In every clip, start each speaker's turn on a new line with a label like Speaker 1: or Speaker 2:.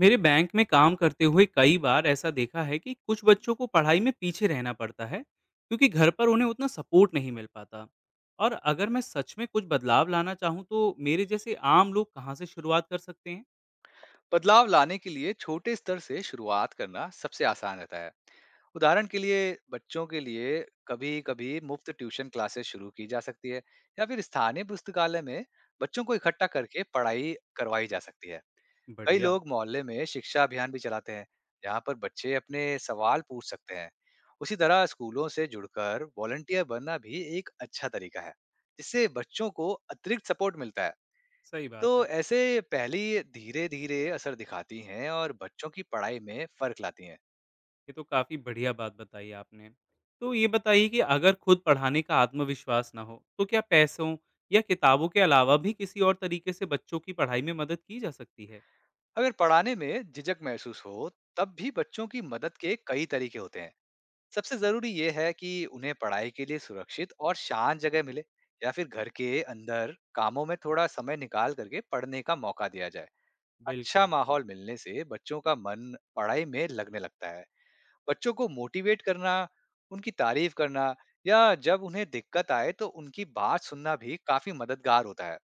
Speaker 1: मेरे बैंक में काम करते हुए कई बार ऐसा देखा है कि कुछ बच्चों को पढ़ाई में पीछे रहना पड़ता है, क्योंकि घर पर उन्हें उतना सपोर्ट नहीं मिल पाता। और अगर मैं सच में कुछ बदलाव लाना चाहूँ, तो मेरे जैसे आम लोग कहाँ से शुरुआत कर सकते हैं?
Speaker 2: बदलाव लाने के लिए छोटे स्तर से शुरुआत करना सबसे आसान रहता है। उदाहरण के लिए बच्चों के लिए कभी कभी मुफ्त ट्यूशन क्लासेस शुरू की जा सकती है। या फिर स्थानीय पुस्तकालय में बच्चों को इकट्ठा करके पढ़ाई करवाई जा सकती है। कई
Speaker 1: बढ़िया।
Speaker 2: लोग मोहल्ले में शिक्षा अभियान भी चलाते हैं जहाँ पर बच्चे अपने सवाल पूछ सकते हैं। उसी तरह स्कूलों से जुड़कर वॉलंटियर बनना भी एक अच्छा तरीका है जिससे बच्चों को अतिरिक्त सपोर्ट मिलता है।
Speaker 1: सही
Speaker 2: तो
Speaker 1: बात है।
Speaker 2: ऐसे पहेली धीरे धीरे असर दिखाती हैं और बच्चों की पढ़ाई में फर्क लाती हैं।
Speaker 1: ये तो काफ़ी बढ़िया बात बताई आपने। तो ये बताइए कि अगर खुद पढ़ाने का आत्मविश्वास ना हो, तो क्या पैसों या किताबों के अलावा भी किसी और तरीके से बच्चों की पढ़ाई में मदद की जा सकती है?
Speaker 2: अगर पढ़ाने में झिझक महसूस हो तब भी बच्चों की मदद के कई तरीके होते हैं। सबसे जरूरी ये है कि उन्हें पढ़ाई के लिए सुरक्षित और शांत जगह मिले या फिर घर के अंदर कामों में थोड़ा समय निकाल करके पढ़ने का मौका दिया जाए। अच्छा
Speaker 1: बिल्कुल।
Speaker 2: माहौल मिलने से बच्चों का मन पढ़ाई में लगने लगता है। बच्चों को मोटिवेट करना, उनकी तारीफ करना या जब उन्हें दिक्कत आए तो उनकी बात सुनना भी काफी मददगार होता है।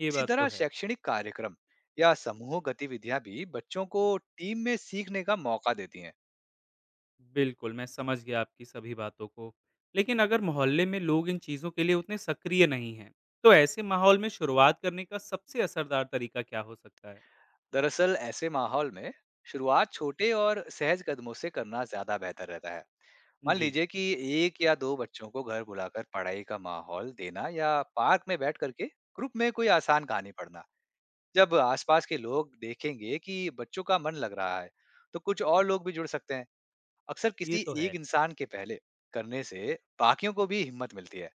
Speaker 1: ये
Speaker 2: इसी
Speaker 1: बात तो
Speaker 2: तरह
Speaker 1: है।
Speaker 2: शैक्षणिक कार्यक्रम या समूह गतिविधियां भी बच्चों को टीम में सीखने का मौका देती हैं।
Speaker 1: बिल्कुल, मैं समझ गया आपकी सभी बातों को। लेकिन अगर मोहल्ले में लोग इन चीज़ों के लिए उतने सक्रिय नहीं हैं, तो ऐसे माहौल में शुरुआत करने का सबसे असरदार तरीका क्या हो सकता है?
Speaker 2: दरअसल ऐसे माहौल में शुरुआत छोटे और सहज कदमों से करना ज्यादा बेहतर रहता है। मान
Speaker 1: जी।
Speaker 2: लीजिए कि एक या दो बच्चों को घर बुलाकर पढ़ाई का माहौल देना या पार्क में बैठ करके ग्रुप में कोई आसान कहानी पढ़ना। जब आसपास के लोग देखेंगे कि बच्चों का मन लग रहा है, तो कुछ और लोग भी जुड़ सकते हैं। अक्सर
Speaker 1: ये
Speaker 2: किसी
Speaker 1: तो
Speaker 2: एक
Speaker 1: है।
Speaker 2: इंसान के पहले करने से बाकियों को भी हिम्मत मिलती है।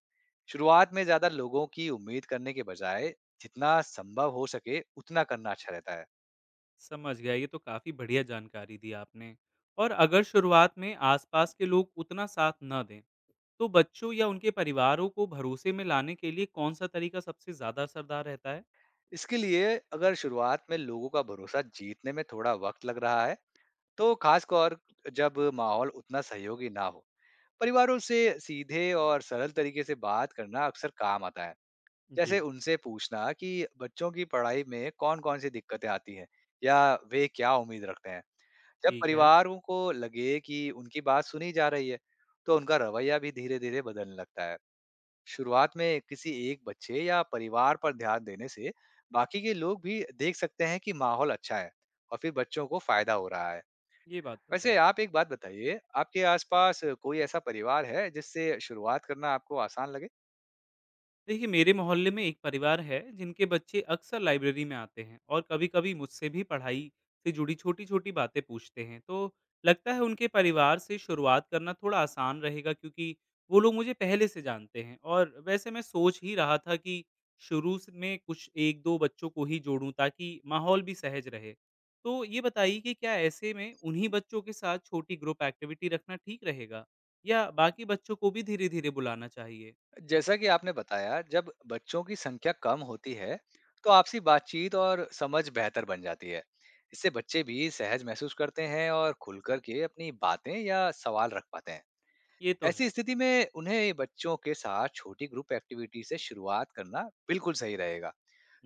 Speaker 2: शुरुआत में ज्यादा लोगों की उम्मीद करने के बजाय जितना संभव हो सके उतना करना अच्छा रहता है।
Speaker 1: समझ गया, ये तो काफ़ी बढ़िया जानकारी दी आपने। और अगर शुरुआत में आसपास के लोग उतना साथ ना दें, तो बच्चों या उनके परिवारों को भरोसे में लाने के लिए कौन-सा तरीका सबसे ज़्यादा असरदार रहता है?
Speaker 2: इसके लिए अगर शुरुआत में लोगों का भरोसा जीतने में थोड़ा वक्त लग रहा है, तो खासकर जब माहौल उतना सहयोगी ना हो, परिवारों से सीधे और सरल तरीके से बात करना अक्सर काम आता है। जैसे
Speaker 1: जी।
Speaker 2: उनसे पूछना कि बच्चों की पढ़ाई में कौन-कौन सी दिक्कतें आती हैं या वे क्या उम्मीद रखते हैं। जब
Speaker 1: ठीक है।
Speaker 2: परिवारों को लगे कि उनकी बात सुनी जा रही है, तो उनका रवैया भी धीरे-धीरे बदलने लगता है। शुरुआत में किसी एक बच्चे या परिवार पर ध्यान देने से बाकी के लोग भी देख सकते हैं कि माहौल अच्छा है और फिर बच्चों को फायदा हो रहा है।
Speaker 1: ये बात तो
Speaker 2: वैसे
Speaker 1: है।
Speaker 2: आप एक बात बताइए, आपके आसपास कोई ऐसा परिवार है जिससे शुरुआत करना आपको आसान लगे?
Speaker 1: देखिए, मेरे मोहल्ले में एक परिवार है जिनके बच्चे अक्सर लाइब्रेरी में आते हैं और कभी-कभी मुझसे भी पढ़ाई से जुड़ी छोटी-छोटी बातें पूछते हैं, तो लगता है उनके परिवार से शुरुआत करना थोड़ा आसान रहेगा, क्योंकि वो लोग मुझे पहले से जानते हैं। और वैसे मैं सोच ही रहा था कि में कुछ एक दो बच्चों को ही जोड़ूं, ताकि माहौल भी सहज रहे। तो ये बताइए कि क्या ऐसे में उन्हीं बच्चों के साथ छोटी ग्रुप एक्टिविटी रखना ठीक रहेगा, या बाकी बच्चों को भी धीरे-धीरे बुलाना चाहिए?
Speaker 2: जैसा कि आपने बताया, जब बच्चों की संख्या कम होती है, तो आपसी बातचीत और समझ बेहतर बन जाती है। इससे बच्चे भी सहज महसूस करते हैं और खुलकर के अपनी बातें या सवाल रख पाते हैं।
Speaker 1: ये तो
Speaker 2: ऐसी
Speaker 1: है।
Speaker 2: स्थिति में उन्हें बच्चों के साथ छोटी ग्रुप एक्टिविटी से शुरुआत करना बिल्कुल सही रहेगा।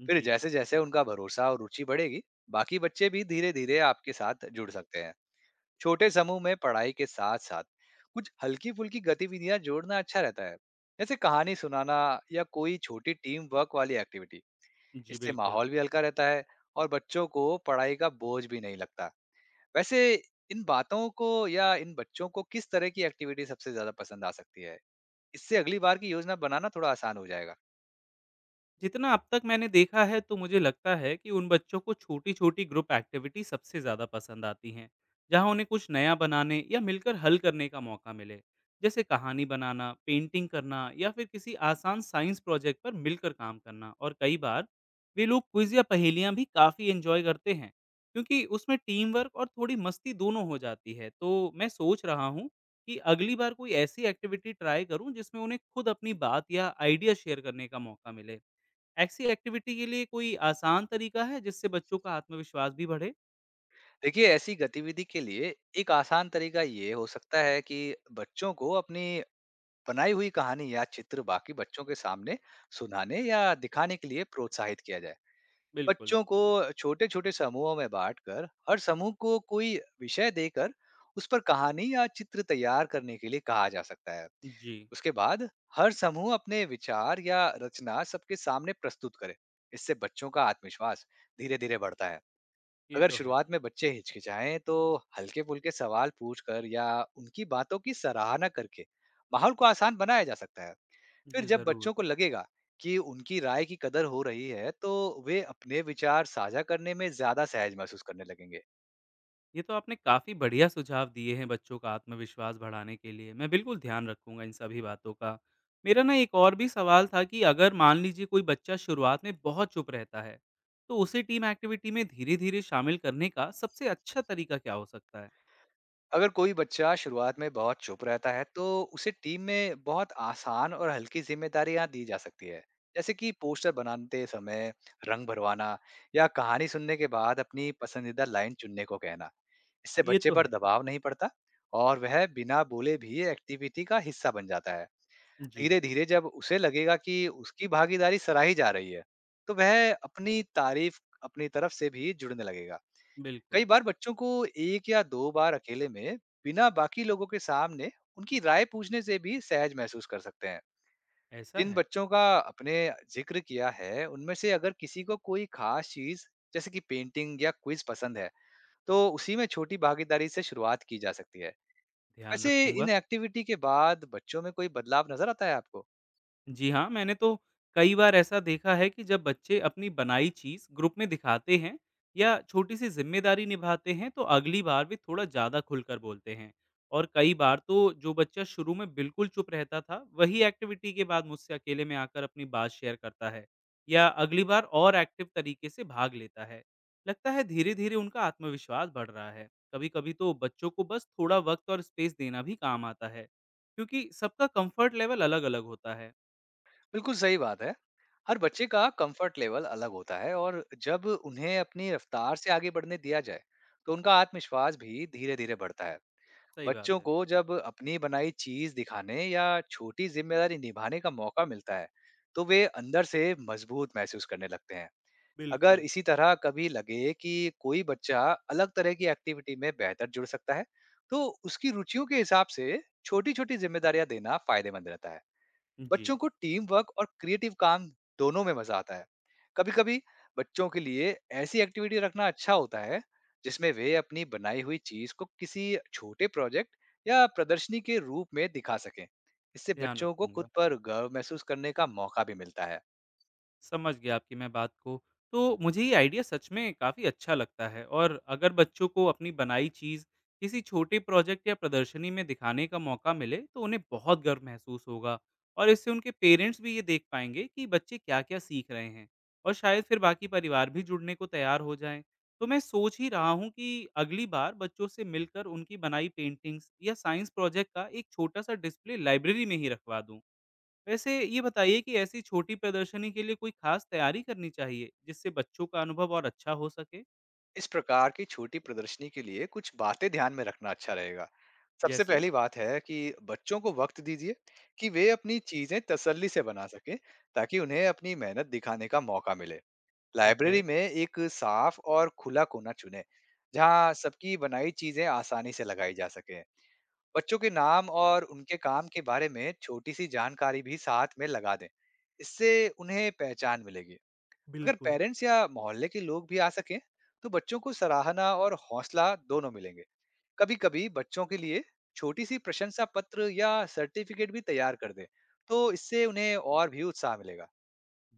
Speaker 2: फिर
Speaker 1: जी।
Speaker 2: जैसे-जैसे उनका भरोसा और रुचि बढ़ेगी, बाकी बच्चे भी धीरे-धीरे आपके साथ जुड़ सकते हैं। छोटे समूह में पढ़ाई के साथ साथ कुछ हल्की फुल्की गतिविधियां जोड़ना अच्छा रहता है, जैसे कहानी सुनाना या कोई छोटी टीम वर्क वाली एक्टिविटी।
Speaker 1: जी,
Speaker 2: इससे
Speaker 1: बिल्कुल।
Speaker 2: माहौल भी हल्का रहता है और बच्चों को पढ़ाई का बोझ भी नहीं लगता। वैसे इन बातों को या इन बच्चों को किस तरह की एक्टिविटी सबसे ज्यादा पसंद आ सकती है, इससे अगली बार की योजना बनाना थोड़ा आसान हो जाएगा।
Speaker 1: जितना अब तक मैंने देखा है, तो मुझे लगता है कि उन बच्चों को छोटी-छोटी ग्रुप एक्टिविटी सबसे ज़्यादा पसंद आती हैं, जहाँ उन्हें कुछ नया बनाने या मिलकर हल करने का मौका मिले। जैसे कहानी बनाना, पेंटिंग करना, या फिर किसी आसान साइंस प्रोजेक्ट पर मिलकर काम करना। और कई बार वे लोग क्विज़ या पहेलियाँ भी काफ़ी एंजॉय करते हैं, क्योंकि उसमें टीम वर्क और थोड़ी मस्ती दोनों हो जाती है। तो मैं सोच रहा हूँ कि अगली बार कोई ऐसी एक्टिविटी ट्राई करूँ जिसमें उन्हें खुद अपनी बात या आइडिया शेयर करने का मौका मिले। ऐसी एक्टिविटी के लिए कोई आसान तरीका है जिससे बच्चों का आत्मविश्वास भी बढ़े?
Speaker 2: देखिए ऐसी गतिविधि के लिए एक आसान तरीका ये हो सकता है कि बच्चों को अपनी बनाई हुई कहानी या चित्र बाकी बच्चों के सामने सुनाने या दिखाने के लिए प्रोत्साहित किया जाए।
Speaker 1: बिल्कुल।
Speaker 2: बच्चों को छोटे छोटे समूहों में बांटकर हर समूह को कोई विषय देकर उस पर कहानी या चित्र तैयार करने के लिए कहा जा सकता है।
Speaker 1: जी।
Speaker 2: उसके बाद हर समूह अपने विचार या रचना सबके सामने प्रस्तुत करे। इससे बच्चों का आत्मविश्वास धीरे धीरे बढ़ता है।
Speaker 1: ये
Speaker 2: अगर
Speaker 1: तो है।
Speaker 2: शुरुआत में बच्चे हिचकिचाएं तो हल्के-फुल्के सवाल पूछकर या उनकी बातों की सराहना करके माहौल को आसान बनाया जा सकता है। फिर
Speaker 1: जी
Speaker 2: जब
Speaker 1: ज़रूर।
Speaker 2: बच्चों को लगेगा कि उनकी राय की कदर हो रही है, तो वे अपने विचार साझा करने में ज़्यादा सहज महसूस करने लगेंगे।
Speaker 1: ये तो आपने काफ़ी बढ़िया सुझाव दिए हैं बच्चों का आत्मविश्वास बढ़ाने के लिए। मैं बिल्कुल ध्यान रखूँगा इन सभी बातों का। मेरा ना एक और भी सवाल था कि अगर मान लीजिए कोई बच्चा शुरुआत में बहुत चुप रहता है, तो उसे टीम एक्टिविटी में धीरे-धीरे शामिल करने का सबसे अच्छा तरीका क्या हो सकता है?
Speaker 2: अगर कोई बच्चा शुरुआत में बहुत चुप रहता है, तो उसे टीम में बहुत आसान और हल्की जिम्मेदारियां दी जा सकती है, जैसे कि पोस्टर बनाते समय रंग भरवाना या कहानी सुनने के बाद अपनी पसंदीदा लाइन चुनने को कहना। इससे
Speaker 1: ये
Speaker 2: बच्चे
Speaker 1: तो
Speaker 2: पर
Speaker 1: है।
Speaker 2: दबाव नहीं पड़ता और वह बिना बोले भी एक्टिविटी का हिस्सा बन जाता है।
Speaker 1: जी,
Speaker 2: धीरे धीरे जब उसे लगेगा कि उसकी भागीदारी सराही जा रही है, तो वह अपनी तारीफ अपनी तरफ से भी जुड़ने लगेगा। कई
Speaker 1: बिल्कुल।
Speaker 2: बार बच्चों को एक या दो बार अकेले में बिना बाकी लोगों के सामने उनकी राय पूछने से भी सहज महसूस कर सकते हैं।
Speaker 1: ऐसा
Speaker 2: जिन
Speaker 1: है।
Speaker 2: बच्चों का अपने जिक्र किया है उनमें से अगर किसी को कोई खास चीज जैसे कि पेंटिंग या क्विज पसंद है, तो उसी में छोटी भागीदारी से शुरुआत की जा सकती है।
Speaker 1: ध्यान
Speaker 2: वैसे
Speaker 1: रखूँगा।
Speaker 2: इन एक्टिविटी के बाद बच्चों में कोई बदलाव नजर आता है आपको?
Speaker 1: जी हाँ, मैंने तो कई बार ऐसा देखा है कि जब बच्चे अपनी बनाई चीज़ ग्रुप में दिखाते हैं या छोटी-सी ज़िम्मेदारी निभाते हैं, तो अगली बार वे थोड़ा ज़्यादा खुलकर बोलते हैं। और कई बार तो जो बच्चा शुरू में बिल्कुल चुप रहता था, वही एक्टिविटी के बाद मुझसे अकेले में आकर अपनी बात शेयर करता है या अगली बार और एक्टिव तरीके से भाग लेता है। लगता है धीरे-धीरे उनका आत्मविश्वास बढ़ रहा है। कभी-कभी तो बच्चों को बस थोड़ा वक़्त और स्पेस देना भी काम आता है, क्योंकि सबका कंफर्ट लेवल अलग-अलग होता है।
Speaker 2: बिल्कुल सही बात है। हर बच्चे का कंफर्ट लेवल अलग होता है और जब उन्हें अपनी रफ्तार से आगे बढ़ने दिया जाए तो उनका आत्मविश्वास भी धीरे धीरे बढ़ता है।
Speaker 1: सही बात
Speaker 2: बच्चों
Speaker 1: है।
Speaker 2: को जब अपनी बनाई चीज दिखाने या छोटी जिम्मेदारी निभाने का मौका मिलता है, तो वे अंदर से मजबूत महसूस करने लगते हैं। अगर
Speaker 1: बिल्कुल,
Speaker 2: इसी तरह कभी लगे कि कोई बच्चा अलग तरह की एक्टिविटी में बेहतर जुड़ सकता है, तो उसकी रुचियों के हिसाब से छोटी-छोटी जिम्मेदारियां देना फायदेमंद रहता है।
Speaker 1: जी,
Speaker 2: बच्चों को टीम वर्क और क्रिएटिव काम दोनों में मजा आता है। कभी-कभी बच्चों के लिए ऐसी एक्टिविटी रखना अच्छा होता है, जिसमें वे अपनी बनाई हुई चीज को किसी छोटे प्रोजेक्ट या प्रदर्शनी के रूप में दिखा सकें। इससे
Speaker 1: ध्यान
Speaker 2: बच्चों को खुद
Speaker 1: रखूँगा।
Speaker 2: पर गर्व महसूस करने का मौका भी मिलता है।
Speaker 1: समझ गया आपकी मैं बात को। तो मुझे ये आइडिया सच में काफ़ी अच्छा लगता है, और अगर बच्चों को अपनी बनाई चीज़ किसी छोटे प्रोजेक्ट या प्रदर्शनी में दिखाने का मौका मिले, तो उन्हें बहुत गर्व महसूस होगा, और इससे उनके पेरेंट्स भी ये देख पाएँगे कि बच्चे क्या-क्या सीख रहे हैं, और शायद फिर बाकी परिवार भी जुड़ने को तैयार हो जाएँ। तो मैं सोच ही रहा हूँ कि अगली बार बच्चों से मिलकर उनकी बनाई पेंटिंग्स या साइंस प्रोजेक्ट का एक छोटा-सा डिस्प्ले लाइब्रेरी में ही रखवा दूँ। वैसे ये बताइए कि ऐसी छोटी प्रदर्शनी के लिए कोई खास तैयारी करनी चाहिए, जिससे बच्चों का अनुभव और अच्छा हो सके?
Speaker 2: इस प्रकार की छोटी प्रदर्शनी के लिए कुछ बातें ध्यान में रखना अच्छा रहेगा। सबसे
Speaker 1: जैसे?
Speaker 2: पहली बात है कि बच्चों को वक्त दीजिए कि वे अपनी चीजें तसल्ली से बना सकें, ताकि उन्हें अपनी मेहनत दिखाने का मौका मिले।
Speaker 1: ठीक है।
Speaker 2: लाइब्रेरी में एक साफ और खुला कोना चुने जहां सबकी बनाई चीजें आसानी से लगाई जा सके। बच्चों के नाम और उनके काम के बारे में छोटी सी जानकारी भी साथ में लगा दें, इससे उन्हें पहचान मिलेगी। अगर
Speaker 1: बिल्कुल।
Speaker 2: पेरेंट्स या मोहल्ले के लोग भी आ सकें, तो बच्चों को सराहना और हौसला दोनों मिलेंगे। कभी कभी बच्चों के लिए छोटी सी प्रशंसा पत्र या सर्टिफिकेट भी तैयार कर दें, तो इससे उन्हें और भी उत्साह मिलेगा।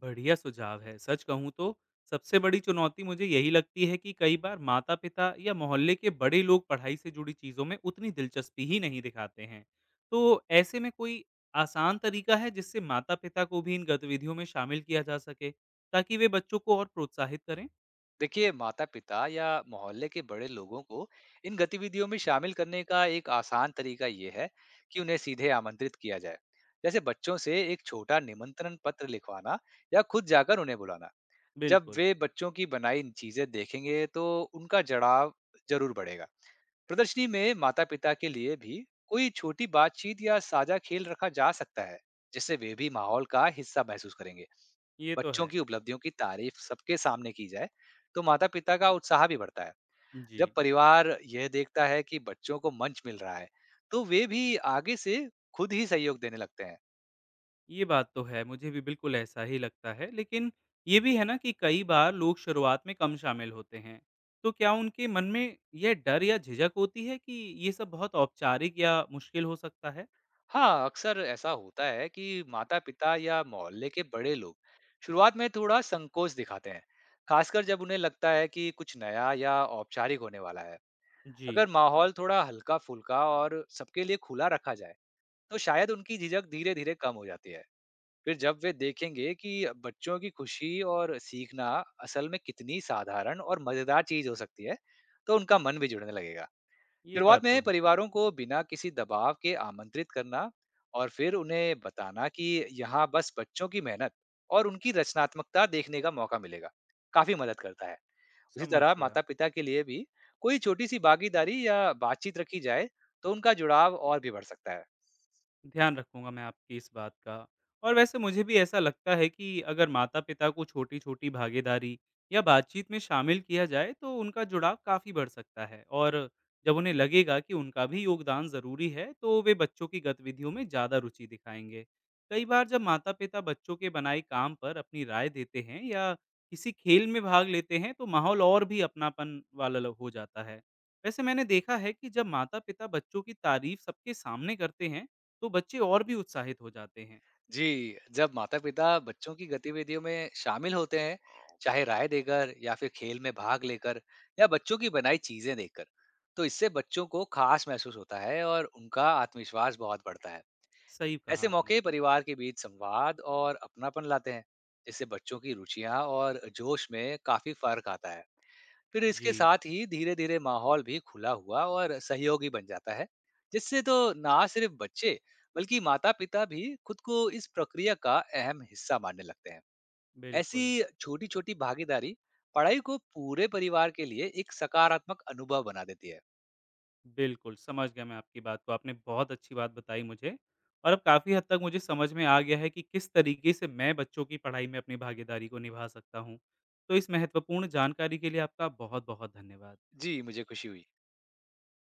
Speaker 1: बढ़िया सुझाव है। सच कहूँ तो सबसे बड़ी चुनौती मुझे यही लगती है कि कई बार माता-पिता या मोहल्ले के बड़े लोग पढ़ाई से जुड़ी चीज़ों में उतनी दिलचस्पी ही नहीं दिखाते हैं। तो ऐसे में कोई आसान तरीका है जिससे माता-पिता को भी इन गतिविधियों में शामिल किया जा सके, ताकि वे बच्चों को और प्रोत्साहित करें?
Speaker 2: देखिए माता पिता या मोहल्ले के बड़े लोगों को इन गतिविधियों में शामिल करने का एक आसान तरीका ये है कि उन्हें सीधे आमंत्रित किया जाए, जैसे बच्चों से एक छोटा निमंत्रण पत्र लिखवाना या खुद जाकर उन्हें बुलाना। जब
Speaker 1: बिल्कुल,
Speaker 2: वे बच्चों की बनाई इन चीजें देखेंगे तो उनका जड़ाव जरूर बढ़ेगा। प्रदर्शनी में माता पिता के लिए भी कोई छोटी बातचीत या साझा खेल रखा जा सकता है, जिससे वे भी माहौल का हिस्सा महसूस करेंगे।
Speaker 1: ये तो
Speaker 2: बच्चों
Speaker 1: है।
Speaker 2: की उपलब्धियों की तारीफ सबके सामने की जाए, तो माता पिता का उत्साह भी बढ़ता है।
Speaker 1: जी।
Speaker 2: जब परिवार यह देखता है कि बच्चों को मंच मिल रहा है, तो वे भी आगे से खुद ही सहयोग देने लगते हैं।
Speaker 1: ये बात तो है, मुझे भी बिल्कुल ऐसा ही लगता है। लेकिन ये भी है ना कि कई बार लोग शुरुआत में कम शामिल होते हैं। तो क्या उनके मन में यह डर या झिझक होती है कि ये सब बहुत औपचारिक या मुश्किल हो सकता है?
Speaker 2: हाँ, अक्सर ऐसा होता है कि माता-पिता या मोहल्ले के बड़े लोग शुरुआत में थोड़ा संकोच दिखाते हैं, खासकर जब उन्हें लगता है कि कुछ नया या औपचारिक होने वाला है। अगर
Speaker 1: जी,
Speaker 2: माहौल थोड़ा हल्का-फुल्का और सबके लिए खुला रखा जाए, तो शायद उनकी झिझक धीरे-धीरे कम हो जाती है। फिर जब वे देखेंगे कि बच्चों की खुशी और सीखना असल में कितनी साधारण और मज़ेदार चीज़ हो सकती है, तो उनका मन भी जुड़ने लगेगा।
Speaker 1: ये
Speaker 2: शुरुआत
Speaker 1: बात तो
Speaker 2: में
Speaker 1: है।
Speaker 2: परिवारों को बिना किसी दबाव के आमंत्रित करना और फिर उन्हें बताना कि यहाँ बस बच्चों की मेहनत और उनकी रचनात्मकता देखने का मौका मिलेगा, काफी मदद करता है। उसी
Speaker 1: समझ
Speaker 2: तरह
Speaker 1: गया।
Speaker 2: माता पिता के लिए भी कोई छोटी सी भागीदारी या बातचीत रखी जाए, तो उनका जुड़ाव और भी बढ़ सकता है।
Speaker 1: ध्यान रखूँगा मैं आपकी इस बात का। और वैसे मुझे भी ऐसा लगता है कि अगर माता-पिता को छोटी-छोटी भागीदारी या बातचीत में शामिल किया जाए, तो उनका जुड़ाव काफ़ी बढ़ सकता है। और जब उन्हें लगेगा कि उनका भी योगदान ज़रूरी है, तो वे बच्चों की गतिविधियों में ज़्यादा रुचि दिखाएँगे। कई बार जब माता-पिता बच्चों के बनाए काम पर अपनी राय देते हैं या किसी खेल में भाग लेते हैं, तो माहौल और भी अपनापन वाला ल हो जाता है। वैसे मैंने देखा है कि जब माता-पिता बच्चों की तारीफ़ सबके सामने करते हैं, तो बच्चे और भी उत्साहित हो जाते हैं।
Speaker 2: जी, जब माता-पिता बच्चों की गतिविधियों में शामिल होते हैं, चाहे राय देकर या फिर खेल में भाग लेकर या बच्चों की बनाई चीजें देखकर, तो इससे बच्चों को खास महसूस होता है और उनका आत्मविश्वास बहुत बढ़ता है।
Speaker 1: सही कहा
Speaker 2: ऐसे
Speaker 1: आपने।
Speaker 2: मौके परिवार के बीच संवाद और अपनापन लाते हैं, जिससे बच्चों की रुचियां और जोश में काफी फर्क आता है। फिर इसके
Speaker 1: जी,
Speaker 2: साथ ही धीरे धीरे माहौल भी खुला हुआ और सहयोगी बन जाता है, जिससे तो ना सिर्फ बच्चे बल्कि माता पिता भी खुद को इस प्रक्रिया का अहम हिस्सा मानने लगते हैं। ऐसी
Speaker 1: बिल्कुल,
Speaker 2: छोटी छोटी भागीदारी पढ़ाई को पूरे परिवार के लिए एक सकारात्मक अनुभव बना देती है।
Speaker 1: बिल्कुल, समझ गया मैं आपकी बात को। आपने बहुत अच्छी बात बताई मुझे, और अब काफ़ी हद तक मुझे समझ में आ गया है कि किस तरीके से मैं बच्चों की पढ़ाई में अपनी भागीदारी को निभा सकता हूँ। तो इस महत्वपूर्ण जानकारी के लिए आपका बहुत-बहुत धन्यवाद।
Speaker 2: जी, मुझे खुशी हुई।